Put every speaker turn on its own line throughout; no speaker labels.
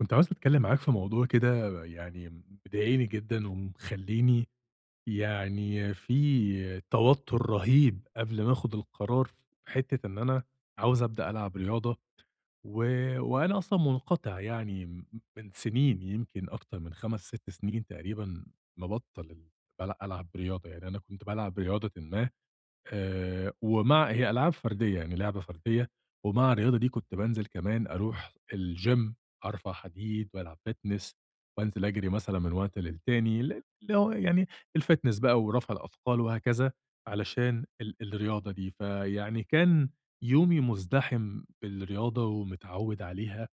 كنت عاوز أتكلّم معاك في موضوع كده يعني مضايقني جدًا ومخلّيني يعني في توتُّر رهيب قبل ما آخُد القرار في حتّة إن أنا عاوز أبدأ ألعب رياضة و وأنا أصلًا منقطع يعني من سِنين يمكن أكتر من 5، 6 سنين تقريبًا مبطّل بال ألعب رياضة، يعني أنا كنت بالعب رياضةً ما، ومع هي ألعاب فردية، يعني لعبة فردية، ومع الرياضة دي كنت بانزل كمان أروح الgym أرفع حديد وألعب fitness وأنزل أجري مثلًا من وقت للتاني، اللي هو يعني الfitness بقى ورفع الأثقال وهكذا علشان الرياضة دي، فيعني كان يومي مُزدحم بالرياضة ومتعوّد عليها.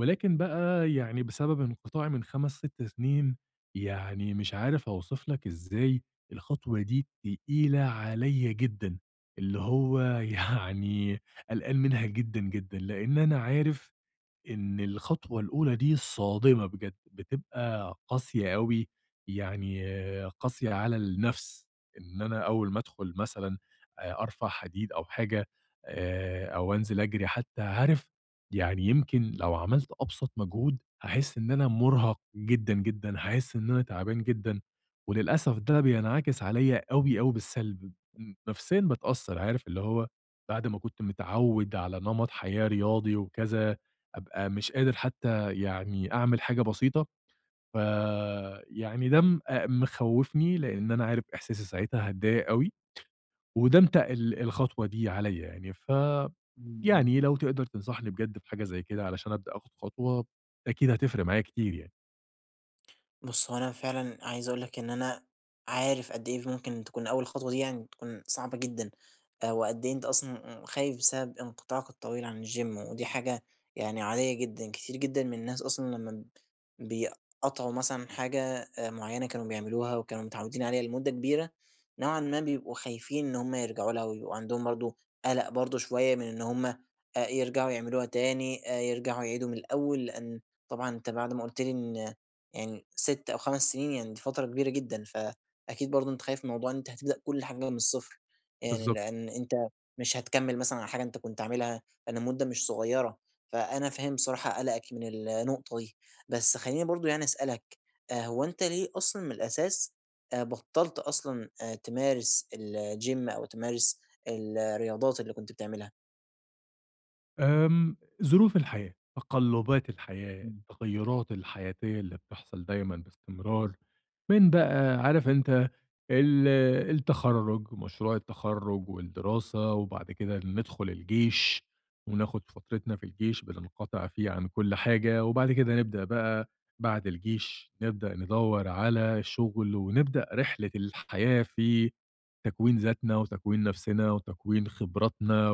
ولكن بقى يعني بسبب انقطاعي من 5، 6 سنين، يعني مش عارف أوصف لك إزاي الخطوة دي تقيلة عليّا جدًا، اللي هو يعني قلقان منها جدًا، جدًا، لإن أنا عارف إن الخطوة الأولى دي صادمة بجد، بتبقى قاسية أوي، يعني قاسية على النَفْس، إن أنا أول ما أدخل مثلًا أرفع حديد أو حاجة، أو أنزل أجري حتى، عارف يعني يمكن لو عملت أبسط مجهود، هاحس إن أنا مُرهَق جدًا، جدًا، هاحس إن أنا تعبان جدًا، وللأسف ده بينعكس عليّا أوي، أوي بالسلب، نفسيًا باتأثّر، عارف اللي هو بعد ما كنت متعوّد على نمط حياة رياضي وكذا أبقى مش قادر حتى يعني أعمل حاجة بسيطة، ف يعني ده م أ مخوّفني لإن أنا عارف إحساسي ساعتها هاتضايق أوي، وده متقِّل الخطوة دي عليّا يعني،
إمم، إمم.
يعني لو تقدر تنصحني بجد في حاجة زي كده علشان أبدأ آخُد خطوة، أكيد هتفرق معايا كتير يعني.
بُص، هو أنا فعلًا عايز أقول لك إن أنا عارف قد إيه ممكن تكون أول خطوة دي يعني تكون صعبة جدًا، وقد إيه أنت أصلًا خايف بسبب انقطاعك الطويل عن الGym ودي حاجة يعني عادية جدًا، كتير جدًا من الناس أصلًا لمّا بيقطعوا مثلًا حاجة معينة كانوا بيعملوها وكانوا متعودين عليها لمدة كبيرة، نوعًا ما بيبقوا خايفين إن هم يرجعوا لها ويبقوا عندهم برضه قلق برضه شوية من إن هم يرجعوا يعملوها تاني، يرجعوا يعيدوا من الأول، لإن طبعًا أنت بعد ما قُلت لي إن يعني 6 أو 5 سنين يعني دي فترة كبيرة جدًا، فأكيد برضه أنت خايف من موضوع إن أنت هتبدأ كل حاجة من الصفر، يعني
بالضبط.
لأن أنت مش هتكمّل مثلًا على حاجة أنت كنت عاملها لأن مدة مش صغيرة، فأنا فاهم بصراحة قلقك من النقطة دي. بس خلّيني برضه يعني أسألك، هو أنت ليه أصلًا من الأساس بطّلت أصلًا تمارس الgym أو تمارس الرياضات اللي كنت بتعملها؟
آمم، ظروف الحياة، تقلُّبات الحياة،
إمم.
التغيُّرات الحياتية اللي بتحصل دايمًا باستمرار. من بقى عارف أنت ال التخرُّج، مشروع التخرُّج والدراسة وبعد كده ندخل الجيش وناخد فترتنا في الجيش بننقطع فيه عن كل حاجة وبعد كده نبدأ بقى بعد الجيش نبدأ ندوّر على شُغل ونبدأ رحلة الحياة في تكوين ذاتنا، وتكوين نفسنا، وتكوين خبراتنا،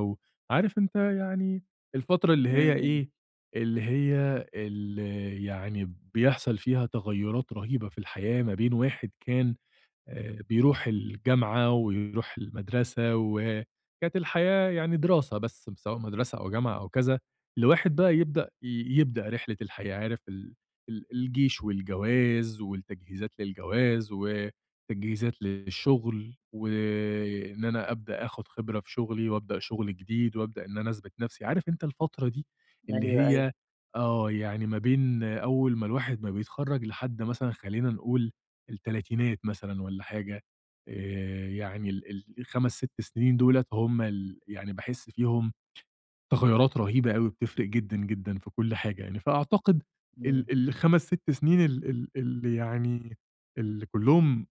وعارف أنت يعني الفترة اللي
إمم،
هي
إمم.
إيه، اللي هي اللي يعني بيحصل فيها تغيُّرات رهيبة في الحياة ما بين واحد كان بيروح الجامعة ويروح المدرسة، وكانت الحياة يعني دراسة بس سواء مدرسة أو جامعة أو كذا، الواحد بقى يبدأ يبدأ رحلة الحياة عارف ال ال الجيش والجواز والتجهيزات للجواز، وتجهيزات للشغل، وإن أنا أبدأ آخد خبرة في شغلي، وأبدأ شغل جديد، وأبدأ إن أنا أثبت نفسي، عارف أنت الفترة دي اللي
أيوه، أيوه.
هي، يعني ما بين أول ما الواحد ما بيتخرّج لحد مثلًا خلّينا نقول التلاتينات مثلًا والّا حاجة، يعني ال ال ال5، 6 سنين دُولة هم يعني باحس فيهم تغيُّرات رهيبة أوي بتفرق جدًا، جدًا في كل حاجة يعني، فأعتقد ال
إمم.
ال5، 6 سنين ال ال اللي يعني اللي كلّهم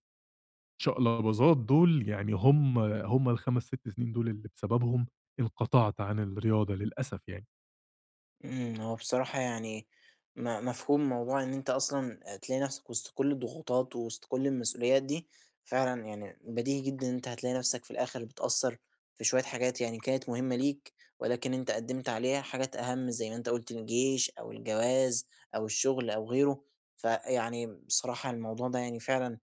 شقلباظات دُول يعني هم ال5، 6 سنين دُول اللي بسببهم انقطعت عن الرياضة للأسف يعني.
إمم، هو بصراحة يعني مفهوم موضوع إن أنت أصلًا تلاقي نفْسك وسط كل الضغوطات، وسط كل المسؤوليات دي، فعلًا يعني بديهي جدًا إن أنت هتلاقي نفْسك في الآخر بتأثّر في شوية حاجات يعني كانت مهمة ليك، ولكن أنت قدّمت عليها حاجات أهم زي ما أنت قُلت الجيش أو الجواز أو الشغل أو غيره، فيعني بصراحة الموضوع ده يعني فعلًا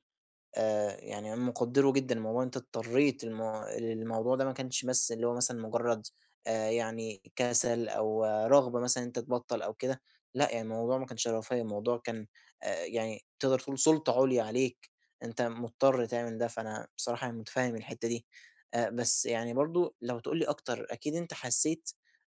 يعني أنا مقدّره جدًا الموضوع إن أنت اضطريت للموضوع ده ما كانش بس اللي هو مثلًا مجرّد يعني كسل أو رغبة مثلًا إن أنت تبطّل أو كده، لأ يعني الموضوع ما كانش رفاهية، الموضوع كان يعني تقدر تقول سُلطة عُليا عليك، أنت مضطر تعمل ده، فأنا بصراحة يعني متفهّم الحتّة دي. بس يعني برضه لو تقول لي أكتر، أكيد أنت حسّيت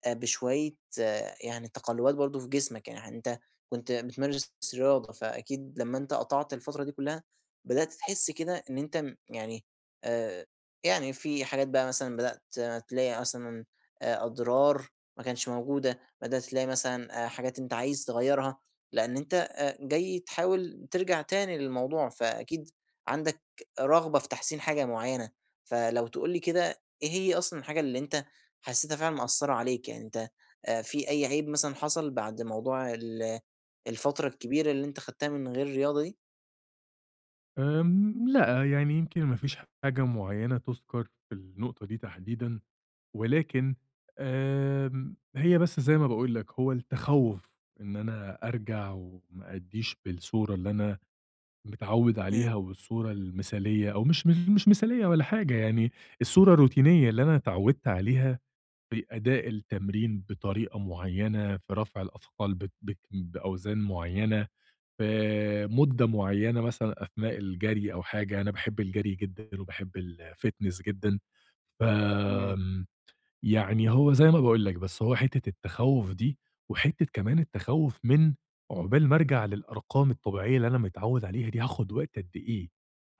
بشوية يعني تقلُّبات برضه في جسمك، يعني أنت كنت بتمارس رياضة، فأكيد لمّا أنت قطعت الفترة دي كلّها بدأت تحس كده إن أنت يعني آآ، يعني في حاجات بقى مثلًا بدأت تلاقي مثلًا أضرار ما كانتش موجودة، بدأت تلاقي مثلًا حاجات أنت عايز تغيّرها، لإن أنت جاي تحاول ترجع تاني للموضوع، فأكيد عندك رغبة في تحسين حاجة معيّنة، فلو تقول لي كده إيه هي أصلًا الحاجة اللي أنت حسيتها فعلًا مأثّرة عليك؟ يعني أنت في أي عيب مثلًا حصل بعد موضوع الفترة الكبيرة اللي أنت خدتها من غير رياضة دي؟
لأ، يعني يمكن ما فيش حاجة معيّنة تُذكر في النقطة دي تحديدًا. ولكن، هي بس زي ما باقول لك، هو التخوّف إن أنا أرجع وما أأدّيش بالصورة اللي أنا متعوّد عليها
إمم،
والصورة المثالية أو مش مثالية ولا حاجة، يعني الصورة الروتينية اللي أنا اتعوّدت عليها بأداء التمرين بطريقة معيّنة، في رفع الأثقال بت بك بأوزان معيّنة، في مدة معيّنة مثلًا أثناء الجري أو حاجة، أنا باحب الجري جدًا وباحب الfitness جدًا، ف
إمم.
يعني هو زي ما باقول لك، بس هو حتّة التخوّف دي، وحتّة كمان التخوّف من عقبال ما أرجع للأرقام الطبيعية اللي أنا متعوّد عليها دي هاخُد وقت قد إيه،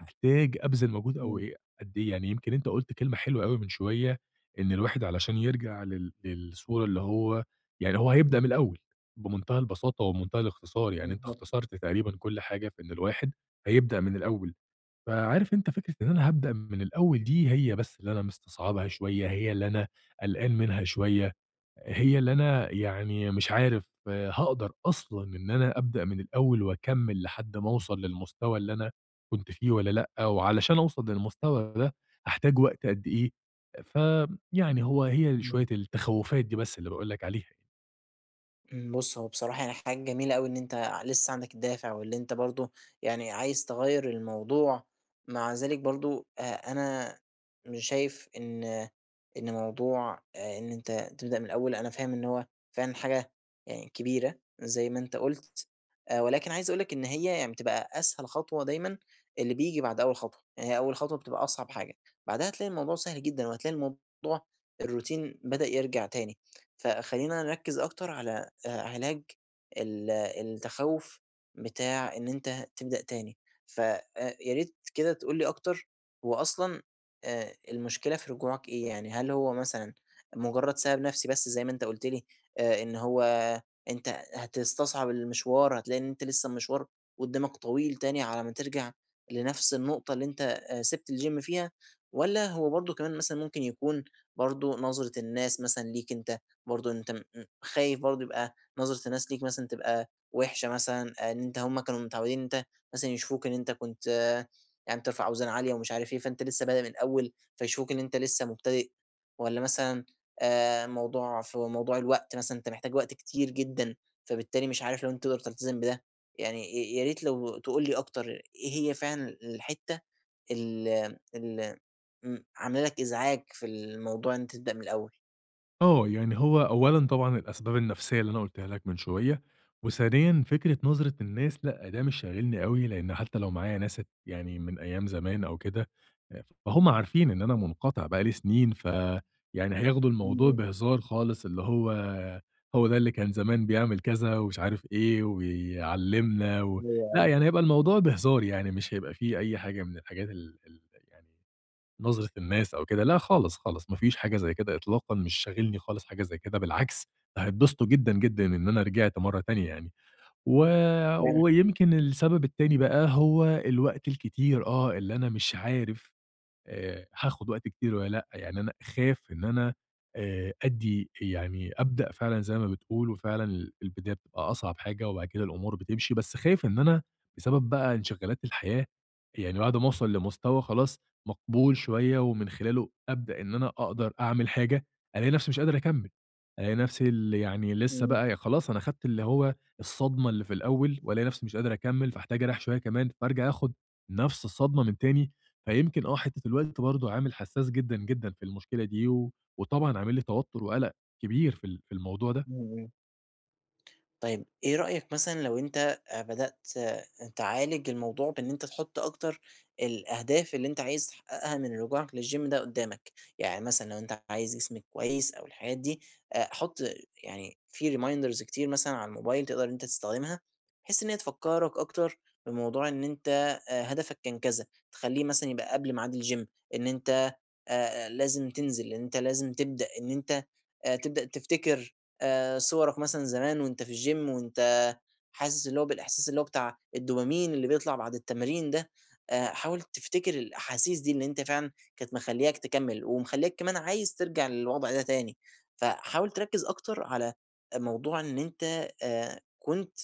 هاحتاج أبذل مجهود أو
إمم،
إيه قد إيه، يعني يمكن أنت قُلت كلمة حلوة أوي من شوية، إن الواحد علشان يرجع للصورة اللي هو يعني هو هيبدأ من الأول بمنتهى البساطة وبمنتهى الاختصار، يعني أنت
بالضبط،
اختصرت تقريبًا كل حاجة في إن الواحد هيبدأ من الأول. فعارف أنت فكرة إن أنا هابدأ من الأول دي هي بس اللي أنا مستصعبها شوية، هي اللي أنا قلقان منها شوية، هي اللي أنا يعني مش عارف هاقدر أصلًا إن أنا أبدأ من الأول وأكمّل لحد ما أوصل للمستوى اللي أنا كنت فيه والّا لأ، وعلشان أوصل للمستوى ده هاحتاج وقت قد إيه؟ فيعني هي
إمم.
شوية التخوّفات دي بس اللي باقول لك عليها يعني.
إمم، بُص هو بصراحة يعني حاجة جميلة أوي إن أنت لسه عندك الدافع، وإن أنت برضه يعني عايز تغيّر الموضوع، مع ذلك برضه أنا مش شايف إن موضوع إن أنت تبدأ من الأول، أنا فاهم إن هو فعلًا حاجة يعني كبيرة زي ما أنت قُلت، ولكن عايز أقول لك إن هي يعني بتبقى أسهل خطوة دايمًا اللي بييجي بعد أول خطوة، يعني هي أول خطوة بتبقى أصعب حاجة، بعدها هتلاقي الموضوع سهل جدًا، وهتلاقي الموضوع الروتين بدأ يرجع تاني، فخلّينا نركّز أكتر على علاج التخوّف بتاع إن أنت تبدأ تاني. ف يا ريت كده تقول لي أكتر هو أصلًا المشكلة في رجوعك إيه يعني؟ هل هو مثلًا مجرّد سبب نَفْسي بس زي ما أنت قُلت لي إن هو أنت هتستصعب المشوار، هتلاقي إن أنت لسه المشوار قُدّامك طويل تاني على ما ترجع لنَفْس النقطة اللي أنت سِبت الgym فيها، والّا هو برضه كمان مثلًا ممكن يكون برضه نظرة الناس مثلًا ليك أنت، برضه أنت م م خايف برضه يبقى نظرة الناس ليك مثلًا تبقى وِحشة مثلًا، إن أنت هُم كانوا متعودين إن أنت مثلًا يشوفوك إن أنت كنت يعني بترفع أوزان عالية ومش عارف إيه، فأنت لسه بادئ من الأول، فيشوفوك إن أنت لسه مبتدئ، والّا مثلًا موضوع الوقت مثلًا، أنت محتاج وقت كتير جدًا، فبالتالي مش عارف لو أنت تقدر تلتزم بده، يعني يا ريت لو تقول لي أكتر إيه هي فعلًا الحتّة ال ال عاملة لك إزعاج في الموضوع إن أنت تبدأ من الأول؟
يعني هو أولًا طبعًا الأسباب النفسية اللي أنا قُلتها لك من شوية، وثانيًا فكرة نظرة الناس لأ، ده مش شاغلني أوي، لإن حتى لو معايا ناس يعني من أيام زمان أو كده، فهُم عارفين إن أنا منقطع بقى لي سنين، فيعني هياخدوا
إمم،
الموضوع
إمم،
بهزار خالص، اللي هو ده اللي كان زمان بيعمل كذا ومش عارف إيه ويعلّمنا
أيوه،
لأ،
أيوه،
يعني هيبقى الموضوع بهزار يعني، مش هيبقى في أي حاجة من الحاجات ال ال يعني نظرة الناس أو كده، لأ خالص، خالص، ما فيش حاجة زي كده إطلاقًا، مش شاغلني خالص حاجة زي كده، بالعكس ده هيتبسطوا جدًا، جدًا إن أنا رجعت مرّة تانية يعني، و
فعلًا،
ويمكن السبب التاني بقى هو الوقت الكتير، اللي أنا مش عارف هاخد وقت كتير والّا لأ، يعني أنا أخاف إن أنا أدّي يعني أبدأ فعلًا زي ما بتقول، وفعلًا البداية بتبقى أصعب حاجة، وبعد كده الأمور بتمشي، بس خايف إن أنا بسبب بقى انشغالات الحياة، يعني بعد ما أوصل لمستوى خلاص مقبول شوية، ومن خلاله أبدأ إن أنا أقدر أعمل حاجة، ألاقي نفسي مش قادر أكمّل، ألاقي نفسي يعني لسه
إمم،
بقى يا خلاص أنا خدت اللي هو الصدمة اللي في الأول، وألاقي نفسي مش قادر أكمّل، فاحتاج أريّح شوية كمان، فارجع آخد نفس الصدمة من تاني. فيمكن، حتّة الوقت برضه عامل حسّاس جدًا، جدًا في المشكلة دي، وطبعًا عامل لي توتُّر وقَلَق كبير في في الموضوع ده.
إمم، إمم. طيب إيه رأيك مثلًا لو أنت بدأت تعالج الموضوع بإن أنت تحُط أكتر الأهداف اللي أنت عايز تحققها من رجوعك للGym ده قدّامك، يعني مثلًا لو أنت عايز جسمِك كويس أو الحاجات دي، حُط يعني في reminders كتير مثلًا على الموبايل تقدر إن أنت تستخدمها، بحيث إن هي تفكّرك أكتر بموضوع إن أنت هدفك كان كذا، تخلّيه مثلًا يبقى قبل ميعاد الGym، إن أنت لازم تنزل، إن أنت لازم تبدأ، إن أنت تبدأ تفتكر صورك مثلًا زمان وأنت في الgym وأنت حاسس اللي هو بالإحساس اللي هو بتاع الدوبامين اللي بيطلع بعد التمرين ده، حاول تفتكر الأحاسيس دي اللي أنت فعلًا كانت مخلّياك تكمّل، ومخلّياك كمان عايز ترجع للوضع ده تاني، فحاول تركّز أكتر على موضوع إن أنت كنت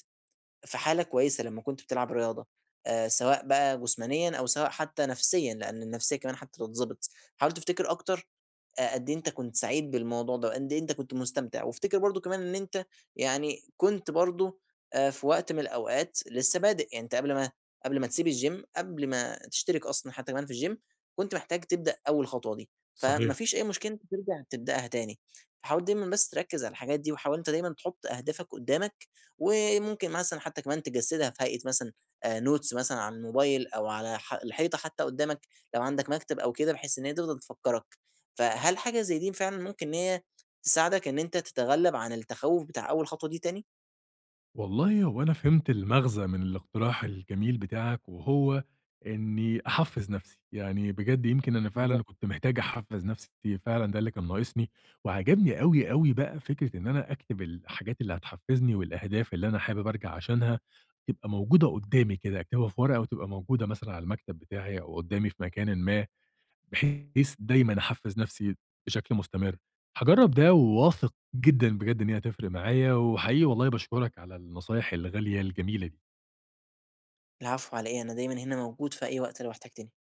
في حالة كويسة لمّا كنت بتلعب رياضة، سواء بقى جسمانيًا أو سواء حتى نفسيًا، لإن النفسية كمان حتى تتضبط، حاول تفتكر أكتر قد إيه أنت كنت سعيد بالموضوع ده، وقد إيه أنت كنت مستمتع، وافتكر برضه كمان إن أنت يعني كنت برضه في وقت من الأوقات لسه بادئ، يعني أنت قبل ما تسيب الgym قبل ما تشترك أصلًا حتى كمان في الgym كنت محتاج تبدأ أول خطوة دي، فما
صحيح.
فيش أي مشكلة إن أنت ترجع تبدأها تاني، فحاول دايمًا بس تركّز على الحاجات دي، وحاول أنت دايمًا تحط أهدافك قدّامك، وممكن مثلًا حتى كمان تجسّدها في هيئة مثلًا notes مثلًا على الموبايل أو على الحيطة حتى قدّامك لو عندك مكتب أو كده، بحيث إن هي تفضل تفكّرك. فهل حاجة زي دي فعلًا ممكن إن هي تساعدك إن أنت تتغلب عن التخوّف بتاع أول خطوة دي تاني؟
والله هو أنا فهمت المغزى من الاقتراح الجميل بتاعك، وهو إنّي أحفّز نَفْسي، يعني بجد يمكن أنا فعلًا
بالضبط.
كنت محتاج أحفّز نَفْسي، فعلًا ده اللي كان ناقصني، وعجبني أوي، أوي بقى فكرة إن أنا أكتب الحاجات اللي هتحفّزني والأهداف اللي أنا حابب أرجع عشانها، تبقى موجودة قُدّامي كده، أكتبها في ورقة وتبقى موجودة مثلًا على المكتب بتاعي أو قُدّامي في مكانٍ ما بحيث دايمًا أحفّز نَفْسي بشكل مستمر. هاجرّب ده وواثق جدًا بجد إن هي هتفرق معايا، وحقيقي والله باشكرك على النصايح الغالية الجميلة دي.
العفو على إيه، أنا دايمًا هنا موجود في أي وقت لو احتجتني.